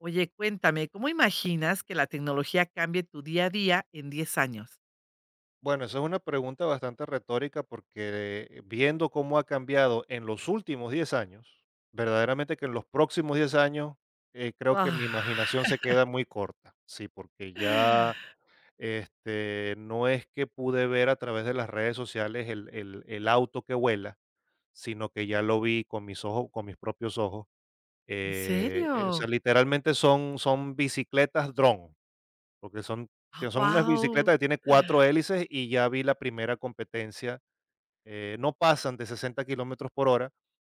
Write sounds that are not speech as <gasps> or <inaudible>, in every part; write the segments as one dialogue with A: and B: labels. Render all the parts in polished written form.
A: Oye, cuéntame, ¿cómo imaginas que la tecnología cambie tu día a día en 10 años?
B: Bueno, esa es una pregunta bastante retórica porque viendo cómo ha cambiado en los últimos 10 años, verdaderamente que en los próximos 10 años, creo que mi
A: Ah.
B: imaginación se queda muy corta, sí, porque ya.
A: <gasps> <laughs>
B: No es que pude ver a través de las redes sociales el auto que vuela, sino que ya lo vi con mis ojos, con mis propios ojos.
A: ¿En
B: O sea,
A: serio?
B: literalmente son bicicletas dron, porque son sí, son unas
A: ¡Wow!
B: bicicletas que tiene 4 hélices y ya vi la primera competencia. No pasan de 60 kilómetros por hora,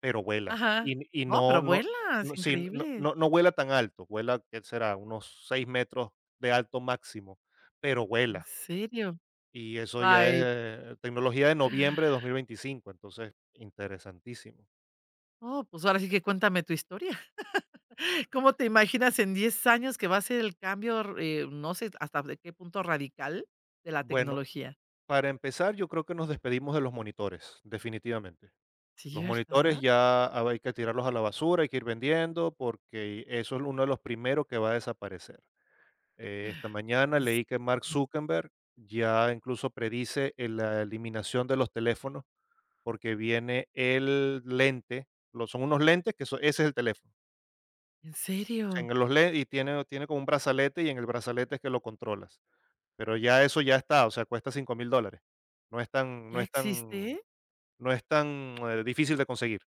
B: pero vuela.
A: Ajá.
B: Y
A: No, pero vuelas,
B: no, sí,
A: increíble.
B: no vuela tan alto, vuela, ¿qué será? Unos 6 metros de alto máximo, pero
A: En
B: vuela.
A: serio.
B: Y eso ya es
A: Guay.
B: tecnología de noviembre de 2025, entonces interesantísimo.
A: Oh, pues ahora sí que cuéntame tu historia. <laughs> ¿Cómo te imaginas en 10 años que va a ser el cambio, no sé hasta de qué punto radical de la
B: Bueno,
A: tecnología?
B: para empezar, yo creo que nos despedimos de los monitores, definitivamente.
A: Sí,
B: Los monitores
A: ¿verdad?
B: ya, hay que tirarlos a la basura, hay que ir vendiendo, porque eso es uno de los primeros que va a desaparecer. Esta mañana
A: ¿En s
B: leí que Mark Zuckerberg ya incluso predice la eliminación de los teléfonos, porque viene el lente, son unos lentes que, ese es el teléfono.
A: en serio?
B: Y tiene como un brazalete y en el brazalete es que lo controlas. Pero ya eso ya está, o sea, cuesta 5000 dólares. No es tan,
A: ¿Ya
B: no es tan,
A: existe?
B: no es tan difícil de conseguir.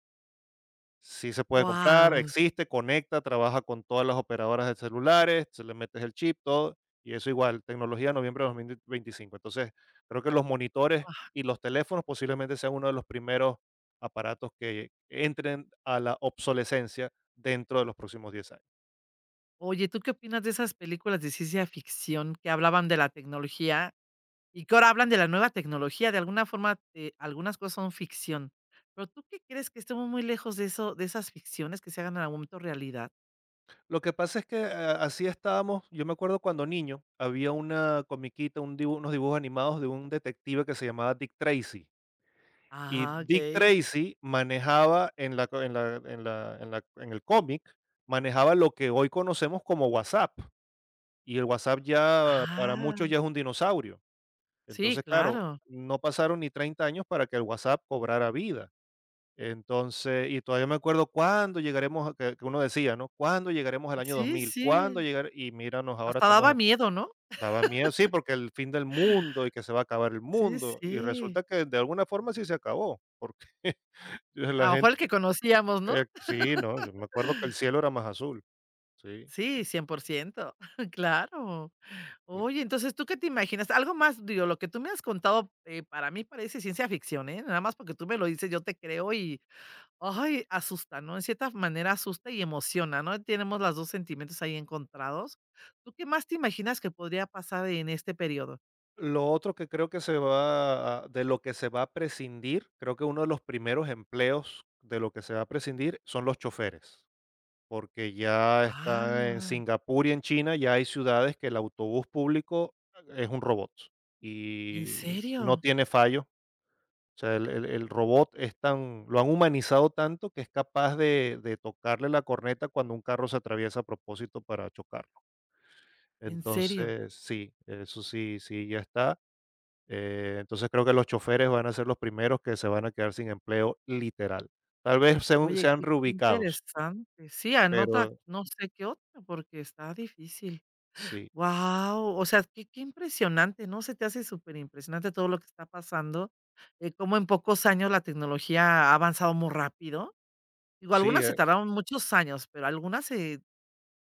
B: Sí se puede comprar,
A: ¡Wow!
B: existe, conecta, trabaja con todas las operadoras de celulares, se le metes el chip, todo, y eso igual, tecnología noviembre de 2025. Entonces, creo que los monitores y los teléfonos posiblemente sean uno de los primeros aparatos que entren a la obsolescencia dentro de los próximos 10 años.
A: Oye, ¿tú qué opinas de esas películas de ciencia ficción que hablaban de la tecnología y que ahora hablan de la nueva tecnología? De alguna forma, algunas cosas son ficción. Pero ¿tú qué crees que estemos muy lejos de eso, de esas ficciones que se hagan en algún momento realidad?
B: Lo que pasa es que así estábamos. Yo me acuerdo, cuando niño, había una comiquita, unos dibujos animados de un detective que se llamaba Dick Tracy. Y
A: Ah,
B: Dick
A: okey.
B: Tracy manejaba en la co en la en la en la en el cómic; manejaba lo que hoy conocemos como WhatsApp, y el WhatsApp ya para
A: Ah,
B: muchos ya es un dinosaurio.
A: sí,
B: Entonces, claro,
A: claro.
B: no pasaron ni 30 años para que el WhatsApp cobrara vida. Entonces, y todavía me acuerdo cuándo llegaremos a que uno decía, ¿no? ¿Cuándo llegaremos al año dos
A: Sí,
B: mil? ¿Cuándo
A: sí.
B: llegar? Y míranos, ahora
A: Hasta daba
B: estamos.
A: miedo, ¿no?
B: Daba miedo, sí, porque el fin del mundo y que se va a acabar el
A: Sí,
B: mundo, y
A: sí.
B: resulta que de alguna forma sí se acabó, porque <laughs>
A: A
B: la
A: lo mejor el
B: gente.
A: que conocíamos, ¿no?
B: Sí, no, yo me acuerdo que el cielo era más azul. Sí,
A: Sí, 100%. <laughs> Claro.
B: sí.
A: Oye, entonces, ¿tú qué te imaginas? Algo más, digo, lo que tú me has contado, para mí parece ciencia ficción, ¿eh? Nada más porque tú me lo dices, yo te creo y, ay, asusta, ¿no? En cierta manera asusta y emociona, ¿no? Tenemos los 2 sentimientos ahí encontrados. ¿Tú qué más te imaginas que podría pasar en este periodo?
B: Lo otro que creo que se va a de lo que se va a prescindir, creo que uno de los primeros empleos de lo que se va a prescindir son los choferes, porque ya está en
A: Ah,
B: Singapur y en China, ya hay ciudades que el autobús público es un robot
A: ¿en
B: y no
A: serio?
B: tiene fallo. O sea, el robot es tan, lo han humanizado tanto que es capaz de tocarle la corneta cuando un carro se atraviesa a propósito para chocar.
A: ¿En serio?
B: Entonces, sí, eso sí ya está. Entonces, creo que los choferes van a ser los primeros que se van a quedar sin empleo, literal. Tal vez sean
A: Oye,
B: sean
A: qué <laughs>
B: reubicados,
A: interesante. Sí, anota,
B: pero
A: no sé qué otra, porque está difícil.
B: sí,
A: Wow, o sea, qué impresionante, ¿no? Se te hace superimpresionante todo lo que está pasando, cómo en pocos años la tecnología ha avanzado muy rápido. Digo,
B: sí,
A: algunas se tardaron muchos años, pero algunas,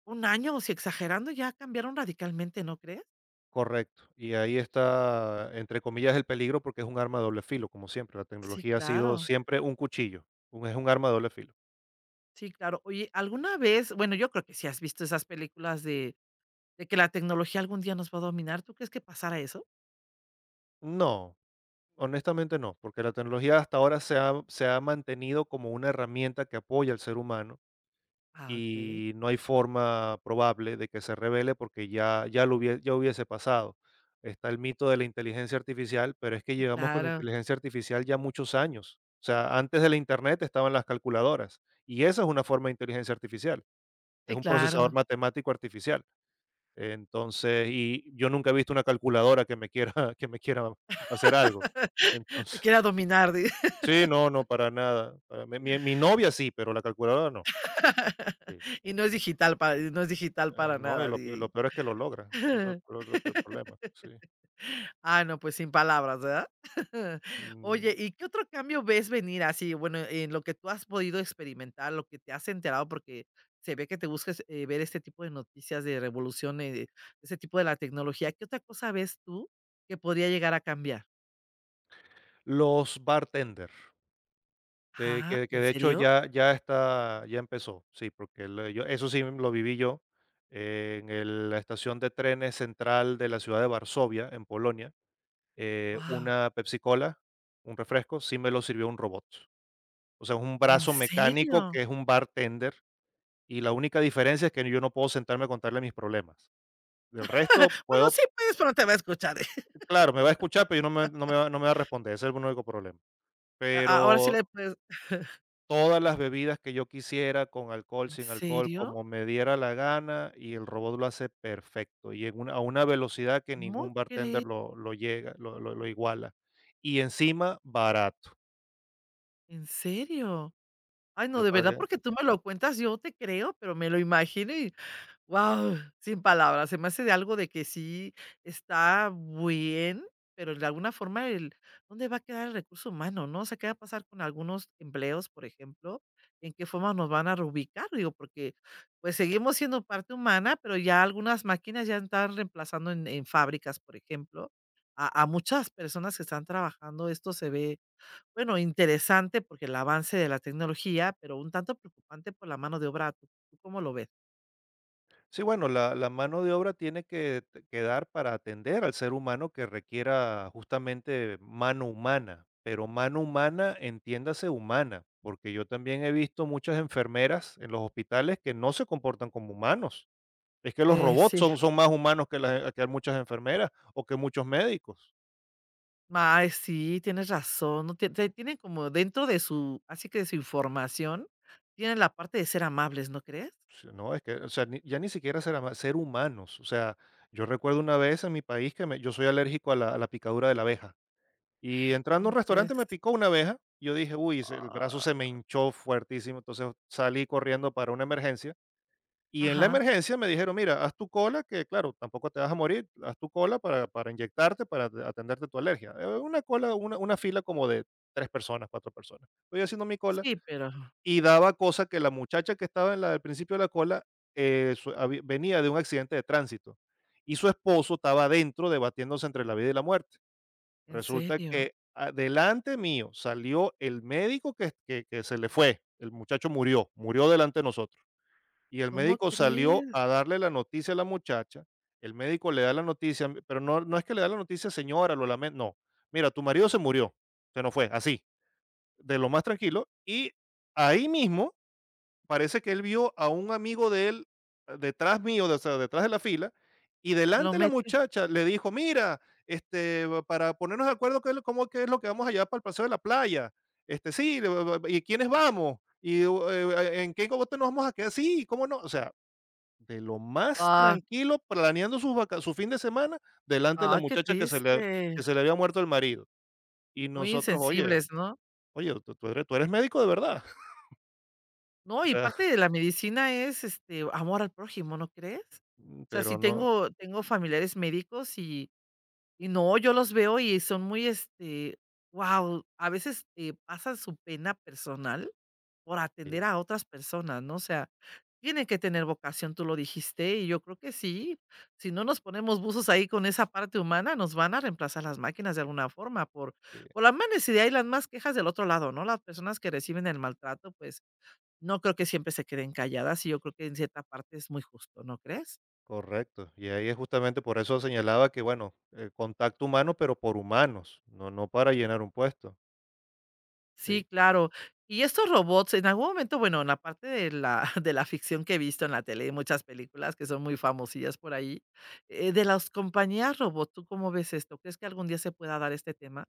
A: un año, o si exagerando, ya cambiaron radicalmente, ¿no crees?
B: correcto. Y ahí está, entre comillas, el peligro, porque es un arma de doble filo, como siempre. La
A: Sí,
B: tecnología ha sido
A: claro,
B: siempre un cuchillo, un es un arma de doble filo.
A: sí, claro. Oye, ¿alguna vez? Bueno, yo creo que si has visto esas películas de que la tecnología algún día nos va a dominar, ¿tú crees que pasara eso?
B: No, honestamente no, porque la tecnología hasta ahora se ha mantenido como una herramienta que apoya al ser humano,
A: Ah, okey.
B: y no hay forma probable de que se revele porque ya hubiese pasado. Está el mito de la inteligencia artificial, pero es que
A: Sí,
B: llegamos con la
A: claro,
B: inteligencia artificial ya muchos años. O sea, antes de la Internet estaban las calculadoras, y esa es una forma de inteligencia artificial, es
A: sí,
B: un procesador
A: claro.
B: matemático artificial. Entonces, y yo nunca he visto una calculadora que me quiera, <laughs> que me quiera hacer algo.
A: <laughs> Te
B: Entonces,
A: quiera dominar, di
B: sí, no, no, para nada. Mi novia sí, pero la calculadora no. Sí.
A: Y no es digital para
B: No, y
A: nada,
B: lo peor es que lo logra. Eso es
A: DJ.
B: lo el
A: <laughs>
B: problema, sí.
A: Ah, no, pues sin palabras, ¿verdad? <laughs>
B: Mm,
A: Oye, ¿y qué otro cambio ves venir así? Bueno, en lo que tú has podido experimentar, lo que te has enterado, porque se ve que te buscas, ver este tipo de noticias de revoluciones, de ese tipo de la tecnología. ¿Qué otra cosa ves tú que podría llegar a cambiar?
B: los bartender, de
A: Ah,
B: que
A: ¿en
B: de hecho
A: serio?
B: ya está, ya empezó, sí, porque lo yo eso sí lo viví yo, en el la estación de trenes central de la ciudad de Varsovia, en Polonia.
A: Wow.
B: Una Pepsi Cola, un refresco, sí me lo sirvió un robot. O sea, un
A: ¿En
B: brazo mecánico
A: serio?
B: que es un bartender, y la única diferencia es que yo no puedo sentarme a contarle mis problemas. Del resto
A: <laughs> Bueno,
B: puedo.
A: sí puedes, pero no te va a escuchar. <laughs>
B: Claro, me va a escuchar, pero yo no me va a responder, ese es el único problema.
A: A ahora sí
B: Pero
A: le puedes.
B: todas las bebidas que yo quisiera, con alcohol,
A: ¿En
B: sin alcohol,
A: serio?
B: como me diera la gana, y el robot lo hace perfecto, y en una velocidad que
A: ¿Cómo
B: ningún bartender
A: crees?
B: lo llega lo iguala. Y encima, barato.
A: ¿En serio? Ay, no,
B: Yo
A: de verdad,
B: pagué.
A: porque tú me lo cuentas, yo te creo, pero me lo imagino y, wow, sin palabras. Se me hace de algo de que sí está bien, pero de alguna forma el ¿dónde va a quedar el recurso humano, no? O sea, ¿qué va a pasar con algunos empleos, por ejemplo? ¿En qué forma nos van a reubicar? Digo, porque, pues, seguimos siendo parte humana, pero ya algunas máquinas ya están reemplazando en fábricas, por ejemplo, a muchas personas que están trabajando. Esto se ve bueno, interesante porque el avance de la tecnología, pero un tanto preocupante por la mano de obra, ¿tú cómo lo ves?
B: Sí, bueno, la mano de obra tiene que quedar para atender al ser humano que requiera justamente mano humana, pero mano humana, entiéndase humana, porque yo también he visto muchas enfermeras en los hospitales que no se comportan como humanos. Es que los robots
A: Sí,
B: son más humanos que, las, que muchas enfermeras o que muchos médicos.
A: ay, sí, tienes razón, no tie te tienen como dentro de su así que de su información, tienen la parte de ser amables, ¿no crees?
B: Sí, no, es que, o sea, ya ni siquiera ser, ser humanos. O sea, yo recuerdo una vez en mi país yo soy alérgico a a la picadura de la abeja. Y entrando a
A: ¿Cómo
B: un
A: crees?
B: restaurante me picó una abeja. Yo dije, uy, el brazo se
A: Ah,
B: me hinchó fuertísimo, entonces salí corriendo para una emergencia. Y en la
A: ajá,
B: emergencia me dijeron, mira, haz tu cola, que claro, tampoco te vas a morir, haz tu cola para inyectarte, para atenderte tu alergia. Una cola, una fila como de tres personas, cuatro personas. Estoy haciendo mi cola
A: sí, pero
B: y daba cosa que la muchacha que estaba en la, al principio de la cola, venía de un accidente de tránsito, y su esposo estaba adentro debatiéndose entre la vida y la muerte.
A: ¿en
B: Resulta
A: serio?
B: que a delante mío salió el médico que se le fue; el muchacho murió, murió delante de nosotros. Y el
A: ¿Cómo
B: médico salió
A: crees?
B: a darle la noticia a la muchacha, el médico le da la noticia, pero no, no es que le da la noticia: "Señora, lo lamento", no. "Mira, tu marido se murió, se nos fue", así, de lo más tranquilo, y ahí mismo. Parece que él vio a un amigo de él, detrás mío, o sea, detrás de la fila, y
A: Lo
B: delante la
A: mete
B: muchacha le dijo: "Mira, para ponernos de acuerdo, ¿qué es lo que vamos a llevar para el paseo de la playa? ¿Y quiénes vamos? ¿En qué cogote nos vamos a quedar? Sí, ¿cómo no?". O sea, de lo más
A: ah,
B: tranquilo, planeando sus vaca su fin de semana, delante de la
A: ah, qué
B: muchacha que
A: triste,
B: se le había muerto el marido. Y
A: muy
B: nosotros: "Oye,
A: insensibles, ¿no?
B: oye, tú eres médico de verdad". <laughs>
A: No,
B: O
A: y parte
B: sea,
A: de la medicina es, amor al prójimo, ¿no crees? O sea,
B: pero
A: si
B: no.
A: tengo familiares médicos y no, yo los veo y son muy, wow a veces, pasan su pena personal por
B: Sí,
A: atender a otras personas, ¿no? O sea, tienen que tener vocación, tú lo dijiste, y yo creo que sí. Si no nos ponemos buzos ahí con esa parte humana, nos van a reemplazar las máquinas de alguna forma por
B: sí.
A: por las más necesidad y las más quejas del otro lado, ¿no? Las personas que reciben el maltrato, pues no creo que siempre se queden calladas, y yo creo que en cierta parte es muy justo, ¿no crees?
B: Correcto. Y ahí es justamente por eso señalaba que, bueno, contacto humano, pero por humanos, no, no para llenar un puesto.
A: Sí,
B: Sí,
A: claro. Y estos robots, en algún momento, bueno, en la parte de la <laughs> de la ficción que he visto en la tele, hay muchas películas que son muy famosillas por ahí, de las compañías robots, ¿tú cómo ves esto? ¿Crees que algún día se pueda dar este tema?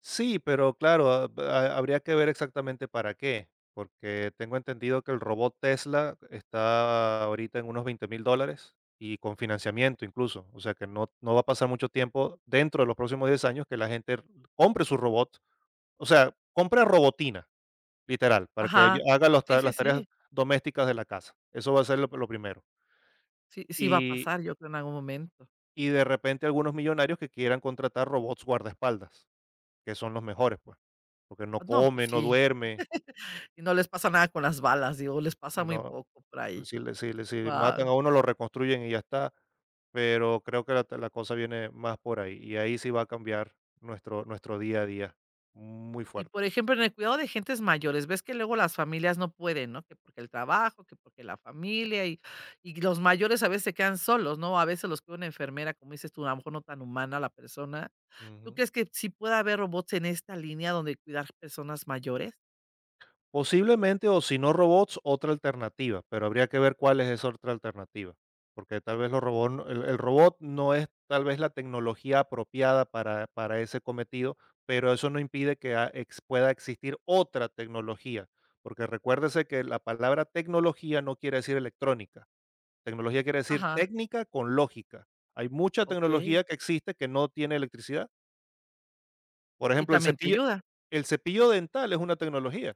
B: sí pero claro, habría que ver exactamente para qué, porque tengo entendido que el robot Tesla está ahorita en unos 20.000 dólares y con financiamiento incluso. O sea que no, no va a pasar mucho tiempo dentro de los próximos 10 años que la gente compre su robot, o sea, compre robotina, literal, para que ella
A: Ajá.
B: haga
A: Sí, sí,
B: las tareas
A: sí.
B: domésticas de la casa. Eso va a ser lo primero.
A: Sí, sí va a
B: Y
A: pasar, yo creo, en algún momento.
B: y de repente algunos millonarios que quieran contratar robots guardaespaldas, que son los mejores, pues, porque no
A: No, pues
B: come, no
A: sí.
B: duerme,
A: Y no les pasa nada con las balas, digo, les pasa muy
B: no.
A: poco por ahí.
B: Si matan
A: Guau.
B: a uno, lo reconstruyen y ya está, pero creo que la cosa viene más por ahí, y ahí sí va a cambiar nuestro día a día muy
A: Y,
B: fuerte.
A: por ejemplo, en el cuidado de gentes mayores, ves que luego las familias no pueden, ¿no? Que porque el trabajo, que porque la familia y los mayores a veces se quedan solos, ¿no? A veces los cuida una enfermera, como dices tú, a lo mejor no tan humana la persona. ¿Tú
B: Ujú.
A: crees que sí puede haber robots en esta línea donde cuidar personas mayores?
B: Posiblemente, o si no robots, otra alternativa, pero habría que ver cuál es esa otra alternativa, porque tal vez los robots el, robot no es tal vez la tecnología apropiada para ese cometido, pero eso no impide que pueda existir otra tecnología, porque recuérdese que la palabra tecnología no quiere decir electrónica; tecnología quiere decir
A: Ajá,
B: técnica con lógica. Hay mucha
A: okey.
B: tecnología que existe que no tiene electricidad. Por
A: Y
B: ejemplo,
A: también te ayuda.
B: el cepillo dental es una tecnología.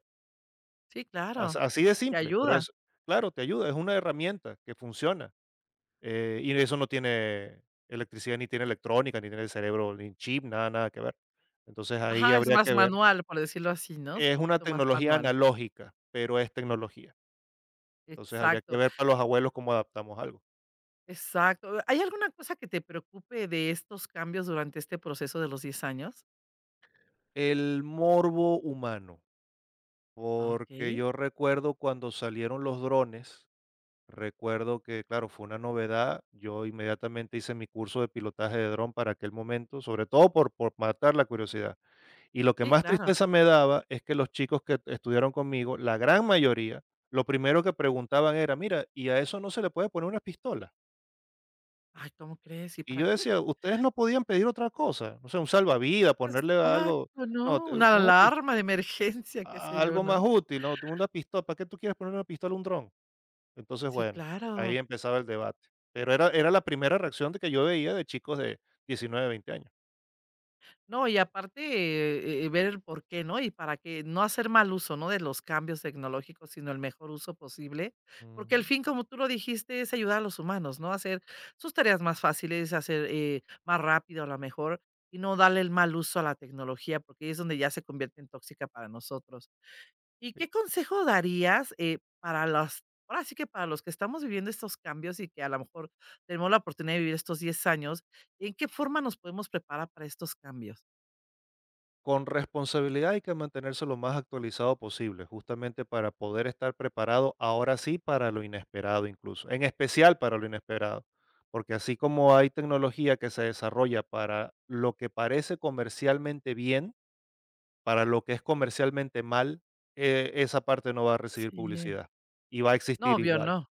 A: Sí,
B: As
A: claro,
B: Así de
A: te
B: simple, pero
A: ayuda.
B: es claro, te ayuda, es una herramienta que funciona. Y eso no tiene electricidad, ni tiene electrónica, ni tiene cerebro, ni chip, nada, nada que ver. Entonces, ahí
A: Ajá, es
B: habría
A: más
B: que ver.
A: manual, por decirlo así, ¿no? Es un
B: Es una
A: poquito más
B: tecnología
A: manual.
B: analógica, pero es tecnología. Entonces, habría que
A: Exacto.
B: ver para los abuelos cómo adaptamos algo.
A: Exacto. ¿Hay alguna cosa que te preocupe de estos cambios durante este proceso de los 10 años?
B: El morbo humano,
A: Ah,
B: porque
A: okey.
B: yo recuerdo cuando salieron los drones. Recuerdo que, claro, fue una novedad. Yo inmediatamente hice mi curso de pilotaje de dron para aquel momento, sobre todo por matar la curiosidad. Y lo que
A: Sí,
B: más
A: claro.
B: tristeza me daba es que los chicos que estudiaron conmigo, la gran mayoría, lo primero que preguntaban era, mira, ¿y a eso no se le puede poner una pistola?
A: Ay, ¿cómo crees? ¿Y
B: Y
A: para
B: yo
A: qué?
B: decía, ustedes no podían pedir otra cosa, no sé, un salvavidas, ponerle algo,
A: Exacto,
B: no,
A: ¿no? Una alarma de emergencia, qué sé yo,
B: algo más
A: ¿no?
B: útil, no, una pistola, ¿para qué tú quieres poner una pistola a un dron? Entonces,
A: Sí,
B: bueno, ahí
A: claro.
B: empezaba el debate. Pero era la primera reacción de que yo veía, de chicos de 19, 20 años.
A: No, y aparte, ver el por qué, ¿no? Y para que no hacer mal uso, ¿no?, de los cambios tecnológicos, sino el mejor uso posible, porque el
B: Ujú,
A: fin, como tú lo dijiste, es ayudar a los humanos, ¿no?, hacer sus tareas más fáciles, hacer, más rápido, a lo mejor, y no darle el mal uso a la tecnología, porque ahí es donde ya se convierte en tóxica para nosotros. ¿Y
B: sí.
A: qué consejo darías, para las ahora sí que para los que estamos viviendo estos cambios y que a lo mejor tenemos la oportunidad de vivir estos 10 años, en qué forma nos podemos preparar para estos cambios?
B: Con responsabilidad hay que mantenerse lo más actualizado posible, justamente para poder estar preparado, ahora sí, para lo inesperado incluso, en especial para lo inesperado, porque así como hay tecnología que se desarrolla para lo que parece comercialmente bien, para lo que es comercialmente mal, esa parte no va a recibir
A: Sí.
B: publicidad y va a
A: No,
B: existir
A: obvio,
B: igual.
A: no.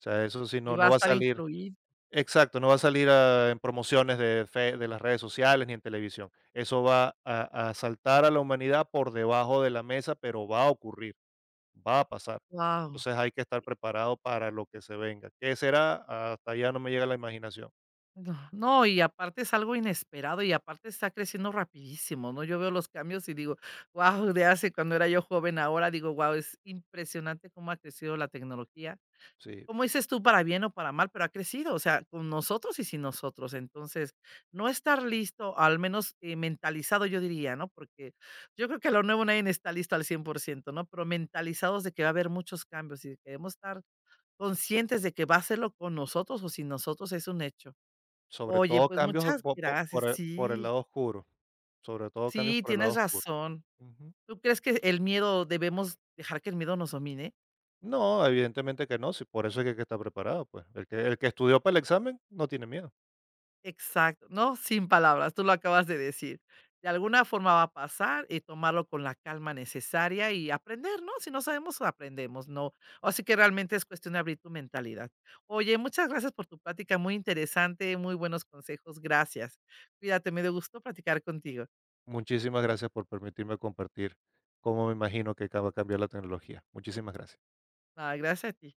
B: O sea, eso sí,
A: Y va
B: no
A: a
B: va a
A: estar
B: salir
A: incluido.
B: exacto, no va a salir, en promociones de fe de las redes sociales ni en televisión. Eso va a saltar a la humanidad por debajo de la mesa, pero va a ocurrir, va a pasar.
A: Wow.
B: Entonces, hay que estar preparado para lo que se venga. ¿Qué será? Hasta allá no me llega la imaginación.
A: No, no, y aparte es algo inesperado y aparte está creciendo rapidísimo, ¿no? Yo veo los cambios y digo, wow, de hace cuando era yo joven, ahora digo, wow, es impresionante cómo ha crecido la tecnología.
B: Sí,
A: Como dices tú, para bien o para mal, pero ha crecido, o sea, con nosotros y sin nosotros. Entonces, no estar listo, al menos mentalizado, yo diría, ¿no? Porque yo creo que a lo nuevo nadie está listo al 100%, ¿no? Pero mentalizados de que va a haber muchos cambios y debemos estar conscientes de que va a hacerlo con nosotros o sin nosotros, es un hecho.
B: sobre
A: Oye,
B: todo
A: pues
B: cambios,
A: muchas
B: po po por
A: gracias.
B: el
A: Sí,
B: lado oscuro, sobre todo cambios
A: sí,
B: por el
A: tienes
B: lado oscuro.
A: razón.
B: Ujú.
A: ¿Tú crees que el miedo debemos dejar que el miedo nos domine?
B: No, evidentemente que no, sí, por eso es que hay que estar preparado, pues. El que estudió para el examen no tiene miedo.
A: Exacto. No, sin palabras, tú lo acabas de decir. De alguna forma va a pasar y tomarlo con la calma necesaria y aprender, ¿no? Si no sabemos, aprendemos, ¿no? Así que realmente es cuestión de abrir tu mentalidad. Oye, muchas gracias por tu plática, muy interesante, muy buenos consejos, gracias. Cuídate, me dio gusto platicar contigo.
B: Muchísimas gracias por permitirme compartir cómo me imagino que acaba de cambiar la tecnología. Muchísimas gracias.
A: Ah, gracias a ti.